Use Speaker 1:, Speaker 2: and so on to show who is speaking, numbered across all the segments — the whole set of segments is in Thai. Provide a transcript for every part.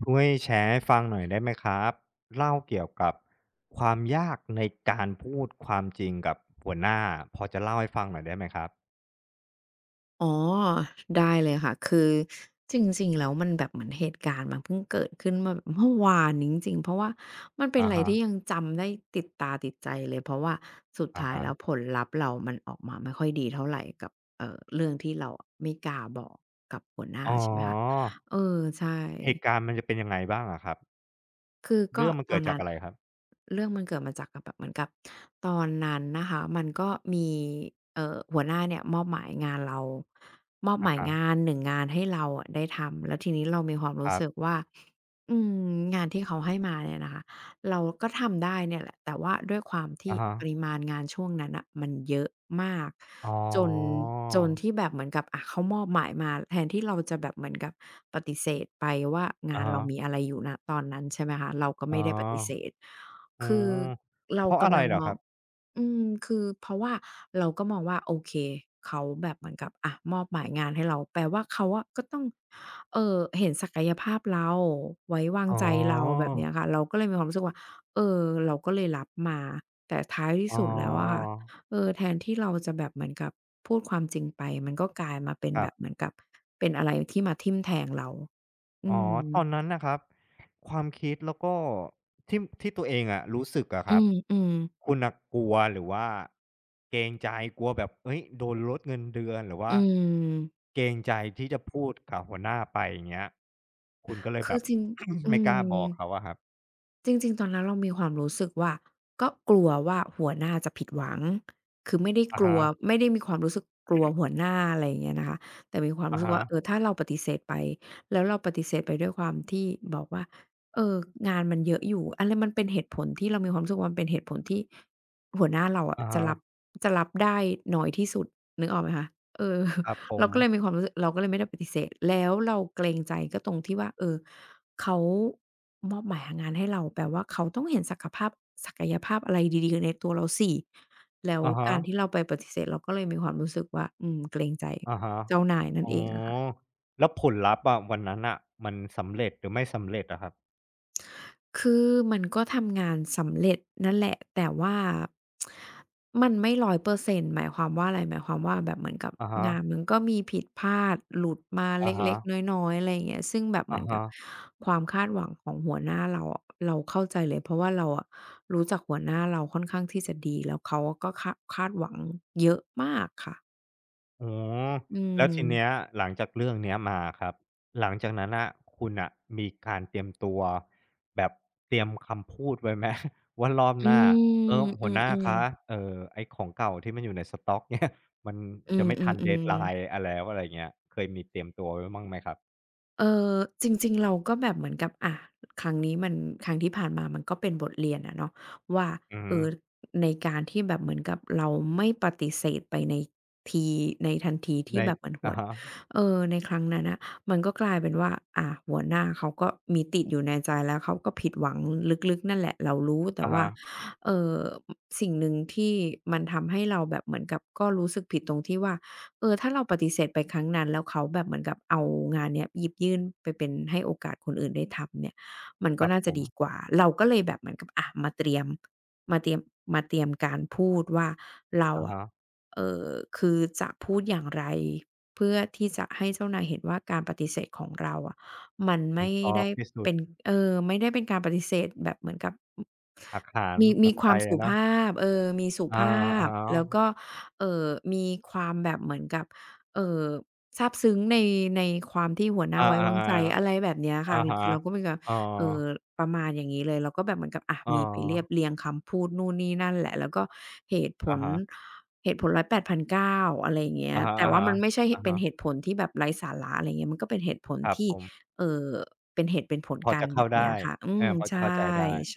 Speaker 1: ช่วยแชร์ให้ฟังหน่อยได้ไหมครับเล่าเกี่ยวกับความยากในการพูดความจริงกับหัวหน้าพอจะเล่าให้ฟังหน่อยได้ไหมครับ
Speaker 2: อ๋อได้เลยค่ะคือจริงๆแล้วมันแบบเหมือนเหตุการณ์มันเพิ่งเกิดขึ้นมาแบบเมื่อวานนี้จริงๆเพราะว่ามันเป็น
Speaker 1: อะ
Speaker 2: อะไร
Speaker 1: ฮะ
Speaker 2: ที่ยังจำได้ติดตาติดใจเลยเพราะว่าสุด
Speaker 1: อะ
Speaker 2: ท้าย
Speaker 1: ฮะ
Speaker 2: แล้วผลลัพธ์เรามันออกมาไม่ค่อยดีเท่าไรกับเรื่องที่เราอะไม่กล้าบอกกับหัวหน้า
Speaker 1: อ๋อ
Speaker 2: ใช่ไหมคะเออใช่
Speaker 1: เหตุการณ์มันจะเป็นยังไงบ้างอะครับ
Speaker 2: คือก็
Speaker 1: เรื่องมัน
Speaker 2: ต
Speaker 1: เกิ
Speaker 2: อ
Speaker 1: ด
Speaker 2: น
Speaker 1: จา
Speaker 2: นั้
Speaker 1: ก
Speaker 2: น
Speaker 1: อะไรครับ
Speaker 2: เรื่องมันเกิดมาจากกับแบบเหมือนกับตอนนั้นนะคะมันก็มีหัวหน้าเนี่ยมอบหมายงานเรามอบห
Speaker 1: อะ
Speaker 2: มายงา
Speaker 1: ฮะ
Speaker 2: น1งงานให้เราอะได้ทำแล้วทีนี้เรามีความ
Speaker 1: ค
Speaker 2: รู้
Speaker 1: รับ
Speaker 2: สึกว่าอืมงานที่เขาให้มาเนี่ยนะคะ เราก็ทำได้เนี่ยแหละแต่ว่าด้วยความที่
Speaker 1: อะฮะ
Speaker 2: ปริมาณงานช่วงนั้นน่ะมันเยอะมาก
Speaker 1: อ๋อ
Speaker 2: จนจนที่แบบเหมือนกับอะเขามอบหมายมาแทนที่เราจะแบบเหมือนกับปฏิเสธไปว่างา
Speaker 1: อะ
Speaker 2: นเรา
Speaker 1: ฮะ
Speaker 2: มีอะไรอยู่ณตอนนั้นใช่ไหมคะเราก็
Speaker 1: อ๋
Speaker 2: ไม่
Speaker 1: อ
Speaker 2: ได้ปฏิเสธ
Speaker 1: อื
Speaker 2: คือ
Speaker 1: ม
Speaker 2: เรา
Speaker 1: เพราะอะ
Speaker 2: กำ
Speaker 1: ไร
Speaker 2: ลัง
Speaker 1: เหร
Speaker 2: ม
Speaker 1: อ
Speaker 2: อ
Speaker 1: ค
Speaker 2: ง
Speaker 1: รับ
Speaker 2: อืมคือเพราะว่าเราก็มองว่าโอเคเขาแบบเหมือนกับอะมอบหมายงานให้เราแปลว่าเขาอะก็ต้องเห็นศักยภาพเราไว้วาง
Speaker 1: อ๋
Speaker 2: ใจเรา
Speaker 1: อ
Speaker 2: แบบเนี้ยค่ะเราก็เลยมีความรู้สึกว่า เออเราก็เลยรับมาแต่ท้ายที่
Speaker 1: อ๋อ
Speaker 2: สุดแล้วอะค่ะเออแทนที่เราจะแบบเหมือนกับพูดความจริงไปมันก็กลายมาเป็น
Speaker 1: ค
Speaker 2: แบ
Speaker 1: รั
Speaker 2: บเหมื
Speaker 1: บ
Speaker 2: อนกับเป็นอะไรที่มาทิ่มแทงเราอื
Speaker 1: อ๋อ
Speaker 2: ม
Speaker 1: ตอนนั้นนะครับความคิดแล้วก็ที่ที่ตัวเองอะรู้สึกอะค
Speaker 2: อื
Speaker 1: รับ
Speaker 2: มๆ
Speaker 1: คุณน่ะกลัวหรือว่าเกรงใจกลัวแบบเฮ้ยโดนลดเงินเดือนหรือว่า
Speaker 2: อืม
Speaker 1: เกรงใจที่จะพูดกับหัวหน้าไปอย่างเงี้ยคุณก็เลย
Speaker 2: คื
Speaker 1: แบ
Speaker 2: อ
Speaker 1: บ
Speaker 2: จริง อื
Speaker 1: ไม่กล้าบ
Speaker 2: ม
Speaker 1: อกเขาอะครับ
Speaker 2: จริงๆ ตอนนั้นเรามีความรู้สึกว่าก็กลัวว่าหัวหน้าจะผิดหวัง คือไม่ได้
Speaker 1: อะ
Speaker 2: กลัว
Speaker 1: ฮะ
Speaker 2: ไม่ได้มีความรู้สึกกลัวหัวหน้าอะไรอย่างเงี้ยนะคะแต่มีความรู้
Speaker 1: อะ
Speaker 2: สึก
Speaker 1: ฮะ
Speaker 2: ว่าเออถ้าเราปฏิเสธไปแล้วเราปฏิเสธไปด้วยความที่บอกว่าเอองานมันเยอะอยู่อะไรมันเป็นเหตุผลที่เรามีความรู้สึกว่ามันเป็นเหตุผลที่หัวหน้าเราอะ
Speaker 1: อะ
Speaker 2: จะ
Speaker 1: ฮะ
Speaker 2: รับจะรับได้น้อยที่สุดนึกออกไหมคะเออ
Speaker 1: ครับผ
Speaker 2: เรา
Speaker 1: ม
Speaker 2: ก็เลยมีความรู้สึกเราก็เลยไม่ได้ปฏิเสธแล้วเราเกรงใจก็ตรงที่ว่าเออ เขามอบหมายงานให้เราแปลว่าเขาต้องเห็นศักยภาพอะไรดีๆในตัวเราสิแล้ว
Speaker 1: อะฮะ
Speaker 2: การที่เราไปปฏิเสธเราก็เลยมีความรู้สึกว่าอืมเกรงใจ
Speaker 1: อะฮะ
Speaker 2: เจ้านายนั่
Speaker 1: อ๋
Speaker 2: น
Speaker 1: อ
Speaker 2: เองอะค่ะ
Speaker 1: แล้วผลลัพธ์อะวันนั้นน่ะมันสำเร็จหรือไม่สำเร็จอะครับ
Speaker 2: คือมันก็ทำงานสำเร็จนั่นแหละแต่ว่ามันไม่รอย100%หมายความว่าอะไรหมายความว่าแบบเหมือนกับ
Speaker 1: อะฮะ
Speaker 2: งานมันก็มีผิดพลาดหลุดมาเ
Speaker 1: อะ
Speaker 2: ล็
Speaker 1: ฮะ
Speaker 2: กๆน้อยๆอะไรอย่างเงี้ยซึ่งแบบเห
Speaker 1: อะ
Speaker 2: มือนกั
Speaker 1: ฮะ
Speaker 2: บความคาดหวังของหัวหน้าเราอะเราเข้าใจเลยเพราะว่าเราอะรู้จักหัวหน้าเราค่อนข้างที่จะดีแล้วเขาอะก็คาดหวังเยอะมากค่ะ
Speaker 1: อ๋อ
Speaker 2: อื
Speaker 1: แล้วทีเนี้ย
Speaker 2: ม
Speaker 1: หลังจากเรื่องเนี้ยมาครับหลังจากนั้นน่ะคุณน่ะมีการเตรียมตัวแบบเตรียมคำพูดไว้ไหม ว่ารอบ
Speaker 2: อื
Speaker 1: หน้าเออ
Speaker 2: มอื
Speaker 1: หัวหน้า
Speaker 2: อ
Speaker 1: คะ
Speaker 2: ๆ
Speaker 1: ไอ้ของเก่าที่มันอยู่ในสต๊อก เนี่ยมัน
Speaker 2: อื
Speaker 1: จะไม่ทัน
Speaker 2: อๆ
Speaker 1: deadline
Speaker 2: ๆ
Speaker 1: อะแล้วอะไรอย่างเงี้ยเคยมีเตรียมตัวไว้บ้างไหมครับ
Speaker 2: เออจริงๆเราก็แบบเหมือนกับอ่ะครั้งนี้มันครั้งที่ผ่านมามันก็เป็นบทเรียนอะเนาะว่า
Speaker 1: อือ
Speaker 2: เอ
Speaker 1: ฮึ
Speaker 2: อในการที่แบบเหมือนกับเราไม่ปฏิเสธไปในทีในทันที
Speaker 1: ใน
Speaker 2: ที่แบบเหมือนหั
Speaker 1: อะ
Speaker 2: ว
Speaker 1: ฮะ
Speaker 2: เออในครั้งนั้นน่ะมันก็กลายเป็นว่าหัวหน้าเขาก็มีติดอยู่ในใจแล้วเขาก็ผิดหวังลึกๆนั่นแหละเรารู้แต่
Speaker 1: อะ
Speaker 2: ว่า
Speaker 1: ฮะ
Speaker 2: เอ่อสิ่งหนึ่งที่มันทำให้เราแบบเหมือนกับก็รู้สึกผิดตรงที่ว่า เออถ้าเราปฏิเสธไปครั้งนั้นแล้วเขาแบบเหมือนกับเอางานเนี้ยหยิบยื่นไปเป็นให้โอกาสคนอื่นได้ทำเนี่ยมัน
Speaker 1: ค
Speaker 2: ก็
Speaker 1: รับ
Speaker 2: น่า
Speaker 1: ผ
Speaker 2: จะ
Speaker 1: ม
Speaker 2: ดีกว่าเราก็เลยแบบเหมือนกับอะมาเตรียมมาเตรียมการพูดว่าเรา
Speaker 1: อะ
Speaker 2: อะ
Speaker 1: ฮะ
Speaker 2: เอ่อคือจะพูดอย่างไรเพื่อที่จะให้เจ้านายเห็นว่าการปฏิเสธของเราอะมัน
Speaker 1: มัน
Speaker 2: ไม่
Speaker 1: ซอฟ
Speaker 2: ได้
Speaker 1: ต์ที่สุ
Speaker 2: เป็
Speaker 1: ด
Speaker 2: นเออไม่ได้เป็นการปฏิเสธแบบเหมือนกับ
Speaker 1: หักหาน
Speaker 2: มีค
Speaker 1: น้ำใจ
Speaker 2: วามสุ
Speaker 1: อะ
Speaker 2: ภ
Speaker 1: เนาะ
Speaker 2: าพเออมีสุ
Speaker 1: อา
Speaker 2: ภา
Speaker 1: อะ
Speaker 2: พ
Speaker 1: ฮะ
Speaker 2: แล้วก็ เอ่อมีความแบบเหมือนกับเอ่อซาบซึ้งในในความที่หัวหน้า
Speaker 1: อา
Speaker 2: ไว้วางใจ
Speaker 1: ๆ
Speaker 2: อะไรแบบเนี้ย
Speaker 1: ๆอะ
Speaker 2: ค่ะหรอ
Speaker 1: ฮะ
Speaker 2: เราก็เหมือนกับ
Speaker 1: อ๋อ
Speaker 2: เอ่อประมาณอย่างงี้เลยเราก็แบบเหมือนกับอะ
Speaker 1: อ๋อ
Speaker 2: มีไปเรียบเรียงคำพูดนู่นนี่นั่นแหละแล้วก็เหตุผ
Speaker 1: อะ
Speaker 2: ล
Speaker 1: ฮะ
Speaker 2: เหตุผล108,900อยแปดพันเก้าอะไรอย่างเงี้ย
Speaker 1: อะฮะๆ
Speaker 2: แต่ว่ามันไม่ใช่ห
Speaker 1: อะ
Speaker 2: เป็นเหตุ
Speaker 1: ฮะ
Speaker 2: ผลที่แบบไร้สาระอะไรอย่างเงี้ยมันก็เป็นเหตุผล
Speaker 1: ครับ
Speaker 2: ที่
Speaker 1: ผม
Speaker 2: เอ่อเป็นเหตุเป็นผล
Speaker 1: พอ
Speaker 2: กัน
Speaker 1: จะ
Speaker 2: แบ
Speaker 1: เข้า
Speaker 2: บเนี้
Speaker 1: ได้
Speaker 2: ยค่ะอื
Speaker 1: เอ
Speaker 2: ม
Speaker 1: อพอจะ
Speaker 2: ใช่
Speaker 1: เข้าใจได้
Speaker 2: ใ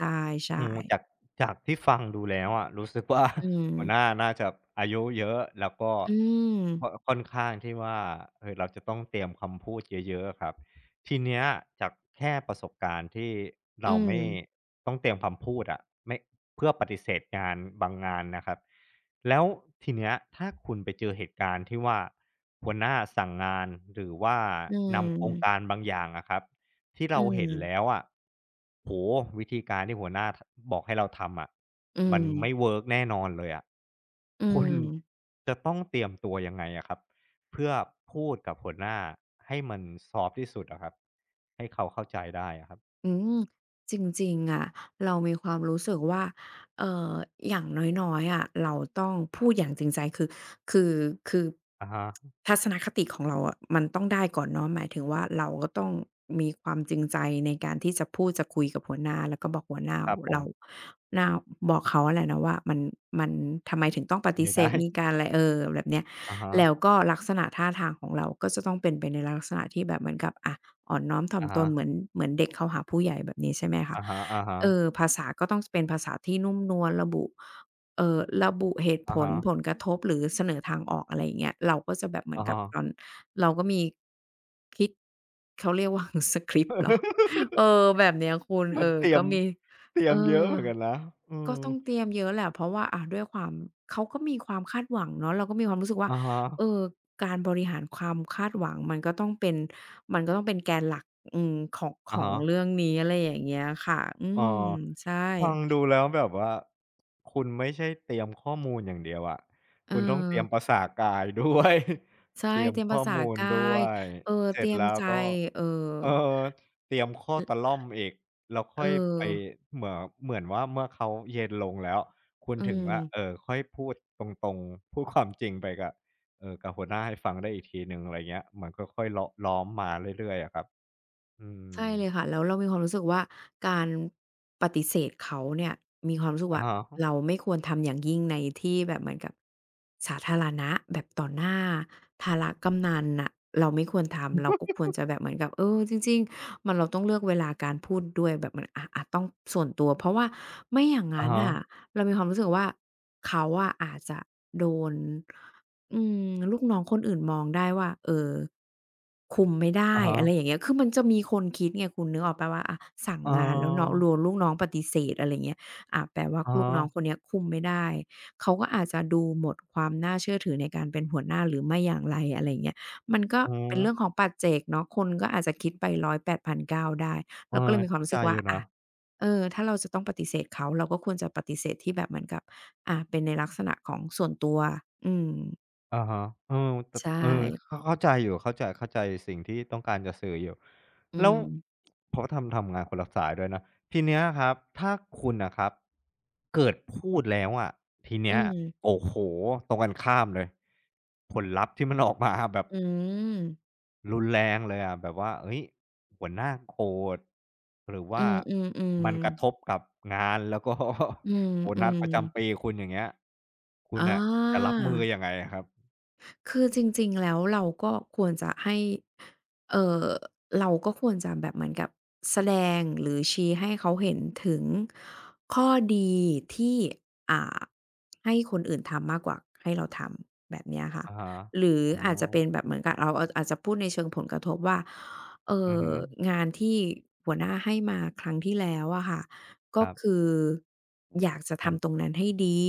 Speaker 1: อื
Speaker 2: ช่
Speaker 1: ม
Speaker 2: ๆ
Speaker 1: จากจากที่ฟังดูแล้วอะรู้สึกว่า
Speaker 2: อื ม
Speaker 1: หัวหน้าน่าจะอายุเยอะแล้วก็
Speaker 2: อืม
Speaker 1: ค่อนค่อนข้างที่ว่าเออเราจะต้องเตรียมคำพูดเยอะๆอะครับทีเนี้ยจากแค่ประสบการณ์ที่
Speaker 2: อื
Speaker 1: เราไม่
Speaker 2: ม
Speaker 1: ต้องเตรียมคำพูดอะไม่เพื่อปฏิเสธงานบางงานนะครับแล้วทีเนี้ยถ้าคุณไปเจอเหตุการณ์ที่ว่าหัวหน้าสั่งงานหรือว่า
Speaker 2: อื
Speaker 1: นำโครงการ
Speaker 2: ม
Speaker 1: บางอย่างอะครับ ที่
Speaker 2: อื
Speaker 1: เรา
Speaker 2: ม
Speaker 1: เห็นแล้วอะโอ้โฮวิธีการที่หัวหน้าทบอกให้เราทำอะ
Speaker 2: อื
Speaker 1: มัน
Speaker 2: ม
Speaker 1: ไม่เวิร์กแน่นอนเลยอะ
Speaker 2: อื
Speaker 1: คุ
Speaker 2: ม
Speaker 1: ณจะต้องเตรียมตัวยังไงอะครับ เพื่อพูดกับหัวหน้าให้มันซอฟต์ที่สุดอะครับให้เขาเข้าใจได้อะครับ
Speaker 2: อืมจริงๆอะเรามีความรู้สึกว่าเอ่ออย่างน้อยๆอะเราต้องพูดอย่างจริงใจคือคือ
Speaker 1: อะฮะ
Speaker 2: ทัศนคติของเราอะมันต้องได้ก่อนเนาะหมายถึงว่าเราก็ต้องมีความจริงใจในการที่จะพูดจะคุยกับหัวหน้าแล้วก็บอกหัวหน้า
Speaker 1: ครับผม
Speaker 2: เราหน้าบอกเขาอะแหละเนาะว่ามันทำไมถึงต้องปฏิ
Speaker 1: ไม่
Speaker 2: เสธ
Speaker 1: ได้
Speaker 2: มีการอะไรเออแบบเนี้ย
Speaker 1: อะฮะ
Speaker 2: แล้วก็ลักษณะท่าทางของเราก็จะต้องเป็นไปในลักษณะที่แบบเหมือนกับอะ อ่อนน้อมถ่อม
Speaker 1: อะ
Speaker 2: ต
Speaker 1: ฮะ
Speaker 2: นเหมือนเด็กเขาหาผู้ใหญ่แบบนี้ใช่ไหมคะ
Speaker 1: อะฮะอะฮะ
Speaker 2: เออภาษาก็ต้องสเป็นภาษาที่นุ่มนวลระบุเอ่อระบุเหตุผ
Speaker 1: อะ
Speaker 2: ล
Speaker 1: ฮะ
Speaker 2: ผลกระทบหรือเสนอทางออกอะไรอย่างเงี้ยเราก็จะแบบเหมือน
Speaker 1: อะ
Speaker 2: กับ
Speaker 1: ฮะ
Speaker 2: ตอนเราก็มีคิดเขาเรียกว่า สกริปต์เหรอเอ อแบบเนี้ยคุณ
Speaker 1: เห
Speaker 2: เอ
Speaker 1: มัน
Speaker 2: อ
Speaker 1: เตรีย
Speaker 2: ก็
Speaker 1: ม
Speaker 2: มี
Speaker 1: เตรีย
Speaker 2: เอ
Speaker 1: มเยอะ
Speaker 2: อ
Speaker 1: เหมือนกันนะอื
Speaker 2: ก็
Speaker 1: ม
Speaker 2: ต้องเตรียมเยอะแหละเพราะว่าอ่าด้วยความเขาก็มีความคาดหวังเนาะเราก็มีความรู้สึกว่า
Speaker 1: อะฮะ
Speaker 2: เออการบริหารความคาดหวังมันก็ต้องเป็นมันก็ต้องเป็นแกนหลักอืมของข
Speaker 1: อะ
Speaker 2: อง
Speaker 1: ฮะ
Speaker 2: เรื่องนี้อะไรอย่างเงี้ยค่ะอื
Speaker 1: เอ
Speaker 2: ม
Speaker 1: อ
Speaker 2: ใช่
Speaker 1: ฟังดูแล้วแบบว่าคุณไม่ใช่เตรียมข้อมูลอย่างเดียวอะ
Speaker 2: เอ
Speaker 1: คุณต้องเต
Speaker 2: อ
Speaker 1: รียมประสาทกายด้วย
Speaker 2: ใช่
Speaker 1: เตรียม
Speaker 2: เตรียม
Speaker 1: ข้
Speaker 2: ภา
Speaker 1: อ
Speaker 2: ษา
Speaker 1: มูล
Speaker 2: กา
Speaker 1: ด้ว
Speaker 2: ย
Speaker 1: ย
Speaker 2: เออ
Speaker 1: เส
Speaker 2: เต
Speaker 1: ร็จ
Speaker 2: รียม
Speaker 1: แล้ว
Speaker 2: ใจ
Speaker 1: ก็
Speaker 2: เออ
Speaker 1: เออเตรียมข้อตะ
Speaker 2: อ
Speaker 1: ล่อมอีกแล้ว
Speaker 2: เอ
Speaker 1: ค่
Speaker 2: อ
Speaker 1: อยไปเหมือเหมือนว่าเมื่อเขาเย็นลงแล้วคุณ
Speaker 2: อื
Speaker 1: ถึงว่า
Speaker 2: ม
Speaker 1: ค่อยพูดตรงๆพูดความจริงไปกับกับหัวหน้าให้ฟังได้อีกทีหนึ่งอะไรเงี้ยมันก็ค่อยเลาะล้อมมาเรื่อยๆอะครับอืม
Speaker 2: ใช่เลยค่ะแล้วเรามีความรู้สึกว่าการปฏิเสธเขาเนี่ยมีความรู้สึก
Speaker 1: อะ
Speaker 2: ว่า
Speaker 1: ฮะ
Speaker 2: เราไม่ควรทำอย่างยิ่งในที่แบบเหมือนกับสาธารณะแบบต่อหน้าธารกำนันน่ะเราไม่ควรทำเราก็ควรจะแบบเหมือนกับเออจริงๆมันเราต้องเลือกเวลาการพูดด้วยแบบมันอะต้องส่วนตัวเพราะว่าไม่อย่าง
Speaker 1: อะ
Speaker 2: งั้น
Speaker 1: ฮะ
Speaker 2: น่ะเรามีความรู้สึกว่าเขาอะอาจจะโดน อืมลูกน้องคนอื่นมองได้ว่าเออคุมไม่ได้
Speaker 1: อะ
Speaker 2: อะไรอ
Speaker 1: ฮะ
Speaker 2: ย่างเงี้ยคือมันจะมีคนคิดไงคุณนึกออกเปล่าว่าอะสั่ง
Speaker 1: เออ
Speaker 2: งานแล้วเนาะโดนลูกน้องปฏิเสธอะไรเงี้ยอาแปลว่า
Speaker 1: อะฮ
Speaker 2: ลูก
Speaker 1: ะ
Speaker 2: น้องคนเนี้ยคุมไม่ได้เขาก็อาจจะดูหมดความน่าเชื่อถือในการเป็นหัวหน้าหรือไม่อย่างไรอะไรเงี้ยมันก็
Speaker 1: อือฮึ
Speaker 2: เป็นเรื่องของปัจเจกเนาะคนก็อาจจะคิดไปร้อยแปดพันเก้าได้
Speaker 1: เออ
Speaker 2: เราก็เลยมีความ
Speaker 1: เข้า
Speaker 2: รู้
Speaker 1: ใจ
Speaker 2: สึก
Speaker 1: อ
Speaker 2: ว่า
Speaker 1: ยู่นะ
Speaker 2: อะเออถ้าเราจะต้องปฏิเสธเขาเราก็ควรจะปฏิเสธที่แบบเหมือนกับอ่าเป็นในลักษณะของส่วนตัวอืม
Speaker 1: อะฮะเออแต่
Speaker 2: ใช่
Speaker 1: เออเข้าเข้าใจอยู่เข้าใจเข้าใจสิ่งที่ต้องการจะสื่ออยู่
Speaker 2: อื
Speaker 1: แล้ว
Speaker 2: ม
Speaker 1: เพราะทำทำงานคนละสายด้วยนะ ทีเนี้ยครับ ถ้าคุณน่ะครับ เกิดพูดแล้วอะทีเนี้
Speaker 2: อื
Speaker 1: ย
Speaker 2: ม
Speaker 1: โอ้โฮตรงกันข้ามเลยผลลัพธ์ที่มันออกมาแบบ
Speaker 2: อืม
Speaker 1: รุนแรงเลยอะแบบว่าเฮ้ยหัวหน้าโกรธหรือ
Speaker 2: อื
Speaker 1: ว่า
Speaker 2: ม
Speaker 1: มันกระท
Speaker 2: ๆ
Speaker 1: บ
Speaker 2: ๆ
Speaker 1: กับงานแล้วก็
Speaker 2: อื
Speaker 1: โบนัส
Speaker 2: ม
Speaker 1: ประจำปี
Speaker 2: ๆ
Speaker 1: คุณอย่างเงี้ยคุณ
Speaker 2: อา
Speaker 1: น่ะจะรับมือยังไงอะครับ
Speaker 2: คือจริงๆ แล้วเราก็ควรจะให้เอ่อเราก็ควรจะแบบเหมือนกับแสดงหรือชี้ให้เขาเห็นถึงข้อดีที่อ่าให้คนอื่นทำมากกว่าให้เราทำแบบเนี้ยค่ะ
Speaker 1: อะฮะ
Speaker 2: หรือ
Speaker 1: อ๋อ
Speaker 2: อาจจะเป็นแบบเหมือนกับเราอาจจะพูดในเชิงผลกระทบว่าเอ่
Speaker 1: อือ
Speaker 2: อ
Speaker 1: ฮึ
Speaker 2: งานที่หัวหน้าให้มาครั้งที่แล้วอะค่ะ
Speaker 1: ค
Speaker 2: ก็
Speaker 1: รั
Speaker 2: คื
Speaker 1: บ
Speaker 2: ออยากจะ
Speaker 1: มัน
Speaker 2: ทำตรงนั้นให้ดี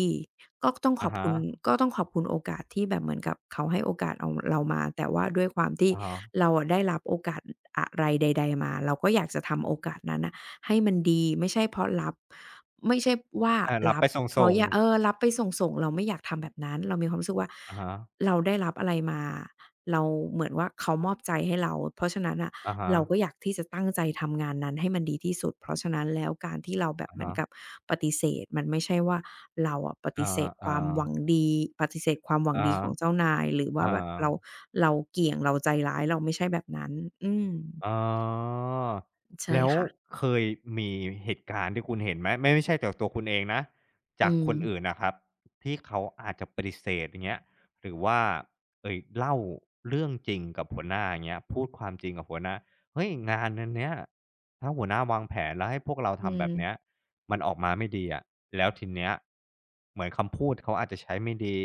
Speaker 2: ก็ต้องข
Speaker 1: อะ
Speaker 2: อบ
Speaker 1: ฮะ
Speaker 2: คุณก็ต้องขอบคุณโอกาสที่แบบเหมือนกับเขาให้โอกาสเอาเรามาแต่ว่าด้วยความที่
Speaker 1: อะฮะ
Speaker 2: เราอะได้รับโอกาสอะไรใดๆมาเราก็อยากจะทำโอกาสนั้นน่ะให้มันดีไม่ใช่เพราะรับไม่ใช่ว่า
Speaker 1: อารับ
Speaker 2: รับ
Speaker 1: ไปส
Speaker 2: เพราะ
Speaker 1: ่ง
Speaker 2: อยาก
Speaker 1: ๆ
Speaker 2: รับไปส่งๆเราไม่อยากทำแบบนั้นเรามีความรู้สึกว่า
Speaker 1: อะฮะ
Speaker 2: เราได้รับอะไรมาเราเหมือนว่าเขามอบใจให้เราเพราะฉะนั้นน่ะ
Speaker 1: อะฮะ
Speaker 2: เราก็อยากที่จะตั้งใจทำงานนั้นให้มันดีที่สุดเพราะฉะนั้นแล้วการที่เราแบบ
Speaker 1: อะ
Speaker 2: เหมือน
Speaker 1: ฮะ
Speaker 2: กับปฏิเสธมันไม่ใช่ว่าเราอะป
Speaker 1: อะ
Speaker 2: ฏิเส
Speaker 1: ฮะ
Speaker 2: ธค
Speaker 1: อา
Speaker 2: วามหวัง
Speaker 1: ๆ
Speaker 2: ดีปฏิเสธความหวังดีของ
Speaker 1: อะ
Speaker 2: เจ้านายหรือว่า
Speaker 1: อา
Speaker 2: แบบเรา
Speaker 1: ๆ
Speaker 2: เราเกี่ยงเราใจร้ายเราไม่ใช่แบบนั้นอืม
Speaker 1: อ๋อ
Speaker 2: ใช่
Speaker 1: แล้ว
Speaker 2: ค่ะ
Speaker 1: เคยมีเหตุการณ์ที่คุณเห็นไหมไม่ไม่ใช่จากตัวคุณเองนะ
Speaker 2: อื
Speaker 1: จากคนอื่น
Speaker 2: ม
Speaker 1: น่ะครับที่เขาอาจจะปฏิเสธอย่างเงี้ยหรือว่าเอ่ยเล่าเรื่องจริงกับหัวหน้าอย่างเงี้ยพูดความจริงกับหัวหน้าเฮ้ยงานอันเนี้ยถ้าหัวหน้าวางแผนแล้วให้พวกเรา
Speaker 2: อื
Speaker 1: ทำแบบเนี้ย
Speaker 2: ม
Speaker 1: มันออกมาไม่ดีอะแล้วทีเนี้ยเหมือนคำพูดเขาอาจจะใช้ไม่ดี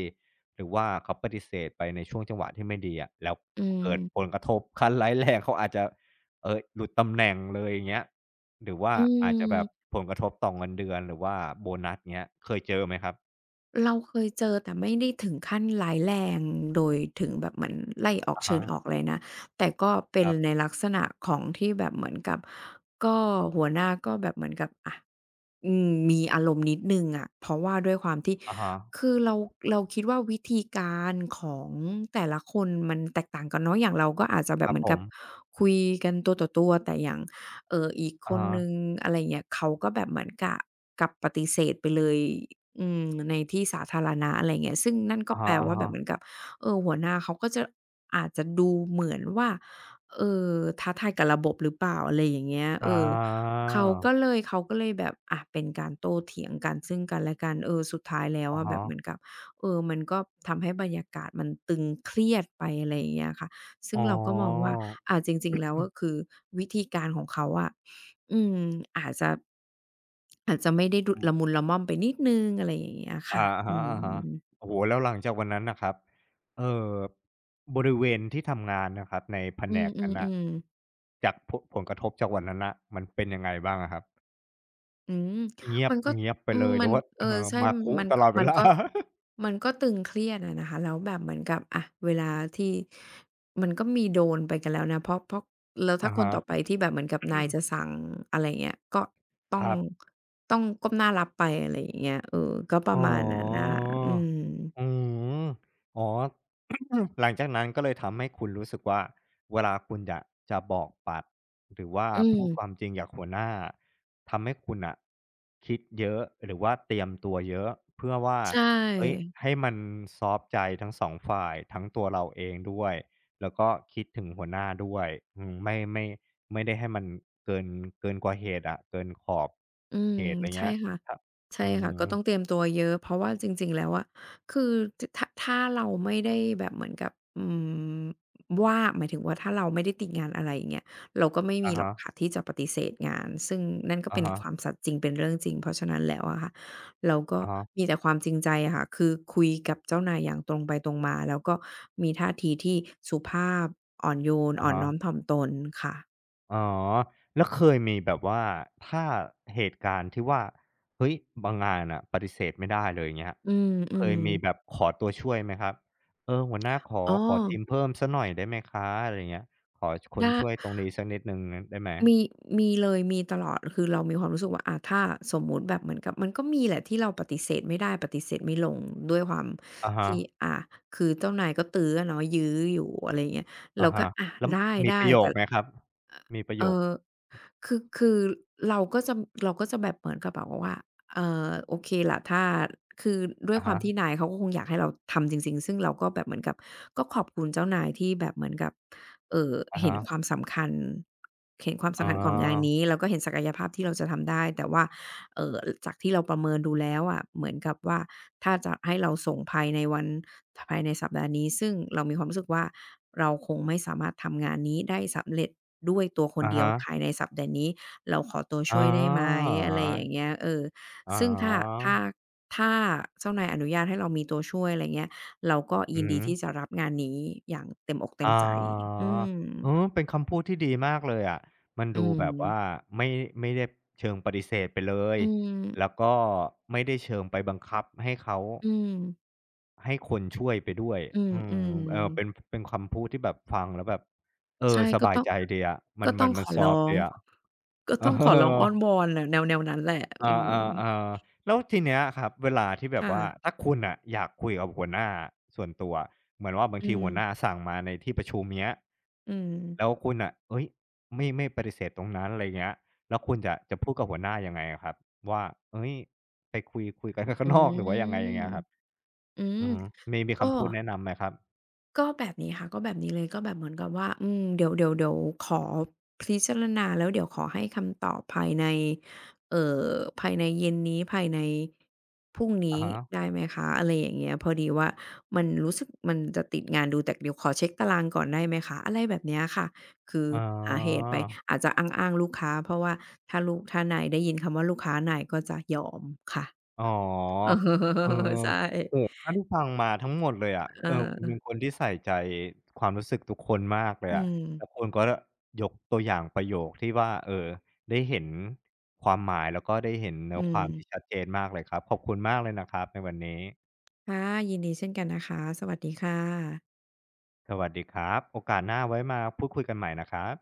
Speaker 1: หรือว่าเขาปฏิเสธไปในช่วงจังหวะที่ไม่ดีอะแล้ว
Speaker 2: อืม
Speaker 1: เกิดผลกระทบ ขั้นร้ายแรงเขาอาจจะ หลุดตำแหน่งเลยอย่างเงี้ยหรือว่า
Speaker 2: อื
Speaker 1: อาจจะ
Speaker 2: ม
Speaker 1: แบบผลกระทบต่อเงินเดือนหรือว่าโบนัสเงี้ยเคยเจอไหมครับ
Speaker 2: เราเคยเจอแต่ไม่ได้ถึงขั้นร้ายแรงโดยถึงแบบเหมือนไล่ออก
Speaker 1: อะ
Speaker 2: เชิ
Speaker 1: ฮะ
Speaker 2: ญออกเลยนะแต่ก็
Speaker 1: ค
Speaker 2: เป็น
Speaker 1: รั
Speaker 2: ใน
Speaker 1: บ
Speaker 2: ลักษณะของที่แบบเหมือนกับก็หัวหน้าก็แบบเหมือนกับอะอืมมีอารมณ์นิดหนึ่งอะเพราะว่าด้วยความที่
Speaker 1: อะฮะ
Speaker 2: คือเราคิดว่าวิธีการของแต่ละคนมันแตกต่างกันเนาะอย่างเราก็อาจจะแบ
Speaker 1: ค
Speaker 2: บ
Speaker 1: รั
Speaker 2: เห
Speaker 1: บ
Speaker 2: มือ
Speaker 1: ผ
Speaker 2: นกับ
Speaker 1: ม
Speaker 2: คุยกันตัวต่อตัวแต่อย่าง อีกค
Speaker 1: อะ
Speaker 2: น
Speaker 1: ฮะ
Speaker 2: หนึ่งอะไรเงี้ยเขาก็แบบเหมือนกะกับปฏิเสธไปเลยอืมในที่สาธารณะอะไรเงี้ยซึ่งนั่นก็
Speaker 1: อะฮ
Speaker 2: แปลว่าแบ
Speaker 1: ะ
Speaker 2: บเห
Speaker 1: ๆ
Speaker 2: มือนกับหัวหน้าเขาก็จะอาจจะดูเหมือนว่าเอ่อท้าทายกับระบบหรือเปล่าอะไรอย่างเงี้ยเอ
Speaker 1: อา
Speaker 2: อเขาก็เลยแบบอะเป็นการโต้เถียงกันซึ่งกันและกันเออสุดท้ายแล้ว
Speaker 1: อะ
Speaker 2: อะแบ
Speaker 1: ฮะ
Speaker 2: บเหมือนกับเออมันก็ทำให้บรรยากาศมันตึงเครียดไปอะไรอย่างเงี้ยค่ะ ซึ่ง
Speaker 1: อ๋อ
Speaker 2: เราก็มองว่าจริงๆแล้วก็คือวิธีการของเขาอะอืมอาจจะไม่ได้ดุ
Speaker 1: อื
Speaker 2: ละมุ
Speaker 1: ม
Speaker 2: นละม่อมไปนิดหนึ่งอะไรอย่างเงี้ยค่ะ
Speaker 1: อาอ
Speaker 2: อื
Speaker 1: ะฮะ
Speaker 2: ม
Speaker 1: ๆโอ้โฮแล้วหลังจากวันนั้นน่ะครับเอ่อบริเวณที่ทำงานนะครับในแผ
Speaker 2: อื
Speaker 1: นกนั้นน่ะ
Speaker 2: มๆๆ
Speaker 1: จากผผลกระทบจากวันนั้นน่ะมันเป็นยังไงบ้างอะครับ
Speaker 2: อืม
Speaker 1: เงีย
Speaker 2: มั
Speaker 1: บ
Speaker 2: นก็
Speaker 1: เงียบไป
Speaker 2: อื
Speaker 1: เล
Speaker 2: ม
Speaker 1: ยห
Speaker 2: มั
Speaker 1: รื
Speaker 2: น
Speaker 1: อว่า
Speaker 2: เออใช่
Speaker 1: มา
Speaker 2: มัน
Speaker 1: คุ
Speaker 2: มัน
Speaker 1: ต
Speaker 2: ก็
Speaker 1: ลอดเว
Speaker 2: มั
Speaker 1: ลา
Speaker 2: นก็ตึงเครียดอะนะคะแล้วแบบเหมือนกับอะเวลาที่มันก็มีโดนไปกันแล้วนะเพราะแล้วถ้า
Speaker 1: อา
Speaker 2: คน
Speaker 1: ฮะ
Speaker 2: ต่อไปที่แบบเหมือนกับนายจะสั่งอะไรอย่างเงี้ยก็ต้อ
Speaker 1: ค
Speaker 2: ง
Speaker 1: รับ
Speaker 2: ต้องก้มหน้ารับไปอะไรอย่างเงี้ยเออก็ป
Speaker 1: อ๋
Speaker 2: ระ
Speaker 1: อ
Speaker 2: มาณนั้นน่ะค่ะอืม
Speaker 1: อืมอ๋อ หลังจากนั้นก็เลยทำให้คุณรู้สึกว่าเวลาคุณอะจะบอกปัดหรือว่า
Speaker 2: อืม
Speaker 1: พูดความจริงอกากบหัวหน้าทำให้คุณอ่ะคิดเยอะหรือว่าเตรียมตัวเยอะเพื่อว่า
Speaker 2: ใช
Speaker 1: เฮ้ย
Speaker 2: ่
Speaker 1: ให้มันซอฟต์ใจทั้งสองฝ่ายทั้งตัวเราเองด้วยแล้วก็คิดถึงหัวหน้าด้วยอืมไม่ไม่ได้ให้มันเกินเกินกว่าเหตุอะเกินขอบ
Speaker 2: อืม
Speaker 1: เหตุอะไร
Speaker 2: ใช่
Speaker 1: เงี้ย
Speaker 2: ค่ะ
Speaker 1: ครับ
Speaker 2: ใช่
Speaker 1: อื
Speaker 2: ค่ะ
Speaker 1: ม
Speaker 2: ก็ต้องเตรียมตัวเยอะเพราะว่าจริงๆแล้วอะคือจถ้าถ้าเราไม่ได้แบบเหมือนกับอืมว่าหมายถึงว่าถ้าเราไม่ได้ติดงานอะไรอย่างเงี้ยเราก็ไม่มี
Speaker 1: อะ
Speaker 2: หรอก
Speaker 1: ฮะ
Speaker 2: ค่ะที่จะปฏิเสธงานซึ่งนั่นก็
Speaker 1: อะ
Speaker 2: เป็นความ
Speaker 1: ฮะ
Speaker 2: สัตย์จริงเป็นเรื่องจริงเพราะฉะนั้นแล้วอะค่ะเราก็
Speaker 1: อะฮะ
Speaker 2: มีแต่ความจริงใจอะค่ะคือคุยกับเจ้านายอย่างตรงไปตรงมาแล้วก็มีท่าทีที่สุภาพอ่อนโยน
Speaker 1: อะ
Speaker 2: อ่อน
Speaker 1: ฮะ
Speaker 2: น้อมถ่อมตนค่ะ
Speaker 1: อ๋อแล้วเคยมีแบบว่าถ้าเหตุการณ์ที่ว่าเฮ้ยบางงานน่ะปฏิเสธไม่ได้เลยอย่างเงี้ย
Speaker 2: อื
Speaker 1: เค
Speaker 2: ม
Speaker 1: ยมีแบบ
Speaker 2: ๆ
Speaker 1: ขอตัวช่วยไหมครับเออหัวหน้าขอ
Speaker 2: อ๋อ
Speaker 1: ขอทีมเพิ่มสักหน่อยได้ไหมคะอะไรอย่างเงี้ยขอคน
Speaker 2: ได้
Speaker 1: ช่วยตรงนี้สักนิดหนึ่งได้ไหม
Speaker 2: มีเลย มีตลอด คือเรามีความรู้สึกว่าถ้าสมมุติแบบเหมือนกับ มันก็มีแหละที่เราปฏิเสธไม่ได้ ปฏิเสธไม่ลงด้วยความ
Speaker 1: อะฮะ
Speaker 2: ที่อาคือเจ้านายก็ตื้ออะเนาะยื้ออยู่อะไรอย่างเงี้ยเรา
Speaker 1: อะ
Speaker 2: ก็
Speaker 1: ฮะ
Speaker 2: อะ
Speaker 1: แล้ว
Speaker 2: ได
Speaker 1: มี
Speaker 2: ้
Speaker 1: ประโย
Speaker 2: ๆแต่
Speaker 1: คไหมครับมีประ
Speaker 2: เอ
Speaker 1: โยค
Speaker 2: อ คือเราก็จะเราก็จะแบบเหมือนกับแบบว่าโอเคล่ะถ้าคือด้วย
Speaker 1: อะ
Speaker 2: ความ
Speaker 1: ฮะ
Speaker 2: ที่นายเขาก็คงอยากให้เราทำจริงๆซึ่งเราก็แบบเหมือนกับก็ขอบคุณเจ้านายที่แบบเหมือนกับเอ่อ
Speaker 1: อะ
Speaker 2: เห็นควา
Speaker 1: ฮะ
Speaker 2: มสำคัญเห็นความ
Speaker 1: อ๋
Speaker 2: สำคัญของงาน
Speaker 1: อ
Speaker 2: นี้แล้วก็เห็นศักยภาพที่เราจะทำได้แต่ว่า เอ่อจากที่เราประเมินดูแล้วอะเหมือนกับว่าถ้าจะให้เราส่งภายในสัปดาห์นี้ซึ่งเรามีความรู้สึกว่าเราคงไม่สามารถทำงานนี้ได้สำเร็จด้วยตัวคน
Speaker 1: อะ
Speaker 2: เดียว
Speaker 1: ฮะ
Speaker 2: ภายในสัปดาห์นี้เราขอตัว
Speaker 1: อ๋อ
Speaker 2: ช่วยได้ไหมอะไรอย่างเงี้ยเออ
Speaker 1: อ๋อ
Speaker 2: ซึ่งถ้าถ้าเจ้านายอนุญาตให้เรามีตัวช่วยอะไรเงี้ยเราก็
Speaker 1: อื
Speaker 2: ยิน
Speaker 1: อ
Speaker 2: ดี
Speaker 1: ฮึ
Speaker 2: ที่จะรับงานนี้อย่างเต็มอกเต็
Speaker 1: อ๋
Speaker 2: ม
Speaker 1: อ
Speaker 2: ใจอืม
Speaker 1: เออเป็นคำพูดที่ดีมากเลยอะมัน
Speaker 2: อื
Speaker 1: ดู
Speaker 2: ม
Speaker 1: แบบว่าไม่ไม่ได้เชิงปฏิเสธไปเลย
Speaker 2: อืม
Speaker 1: แล้วก็ไม่ได้เชิงไปบังคับให้เขา
Speaker 2: อืม
Speaker 1: ให้คนช่วยไปด้วย
Speaker 2: อื
Speaker 1: อืม
Speaker 2: ม
Speaker 1: เออเป็น
Speaker 2: ๆ
Speaker 1: เป็นคำพูดที่แบบฟังแล้วแบบเออ
Speaker 2: ใช่
Speaker 1: สบายใจดีอะมั
Speaker 2: ก็
Speaker 1: น
Speaker 2: ต้
Speaker 1: มั
Speaker 2: อ
Speaker 1: น
Speaker 2: งข
Speaker 1: มัน
Speaker 2: อ
Speaker 1: ซ
Speaker 2: ร้
Speaker 1: อ
Speaker 2: อ
Speaker 1: ฟต์
Speaker 2: ง
Speaker 1: ดีอะ
Speaker 2: ก็
Speaker 1: เออ
Speaker 2: ต้องขอร้องอ้อนวอนแหละแนวนั้นแหละ
Speaker 1: เอ
Speaker 2: อืม
Speaker 1: อๆๆแล้วทีเนี้ยครับเวลาที่แบบ
Speaker 2: ค่ะ
Speaker 1: ว่าถ้าคุณน่ะอยากคุยกับหัวหน้าส่วนตัวเหมือนว่าบาง
Speaker 2: อื
Speaker 1: ที
Speaker 2: ม
Speaker 1: หัวหน้าสั่งมาในที่ประชุมเงี้ย
Speaker 2: อืม
Speaker 1: แล้วคุณน่ะเฮ้ยไม่ปฏิเสธตรงนั้นอะไรเงี้ยแล้วคุณจะพูดกับหัวหน้ายังไงอะครับว่าเฮ้ยไปคุยกันข้า
Speaker 2: อื
Speaker 1: งนอกหรือว่ายังไงอย่าง
Speaker 2: ม
Speaker 1: เงี้ยครับ
Speaker 2: อืม
Speaker 1: อือฮึมี
Speaker 2: ก็
Speaker 1: คำพูดแนะนำไหมครับ
Speaker 2: ก็แบบนี้ค่ะก็แบบนี้เลยก็แบบเหมือนกับว่าอืมเดี๋ยวขอพิจารณาแล้วเดี๋ยวขอให้คำตอบภายในเอ่อภายในเย็นนี้ภายในพรุ่ง
Speaker 1: อะ
Speaker 2: นี้
Speaker 1: ฮะ
Speaker 2: ได้ไหมคะอะไรอย่างเงี้ยพอดีว่ามันรู้สึกมันจะติดงานดูแต่เดี๋ยวขอเช็กตารางก่อนได้ไหมคะอะไรแบบเนี้ยค่ะคือ
Speaker 1: อ๋อ
Speaker 2: หาเหตุไปอาจจะอ้างๆลูกค้าเพราะว่าถ้านายได้ยินคำว่าลูกค้านายก็จะยอมค่ะ
Speaker 1: อ๋อ
Speaker 2: เออ
Speaker 1: เออ
Speaker 2: ใช่
Speaker 1: โอ้โฮเท่าที่ฟังมาทั้งหมดเลยอะ
Speaker 2: เ
Speaker 1: เออคุณเป็
Speaker 2: ออ
Speaker 1: นคนที่ใส่ใจความรู้สึกทุกคนมากเลย
Speaker 2: อื
Speaker 1: อะ
Speaker 2: ม
Speaker 1: แล้วคุณก็ยกตัวอย่างประโยคที่ว่าเออได้เห็นความหมายแล้วก็ได้เห็นเนื้
Speaker 2: อื
Speaker 1: อค
Speaker 2: ม
Speaker 1: วามที่ชัดเจนมากเลยครับขอบคุณมากเลยนะครับในวันนี้
Speaker 2: ค่ะยินดีเช่นกันนะคะสวัสดีค่ะ
Speaker 1: สวัสดีครับโอกาสหน้าไว้มาพูดคุยกันใหม่นะครับ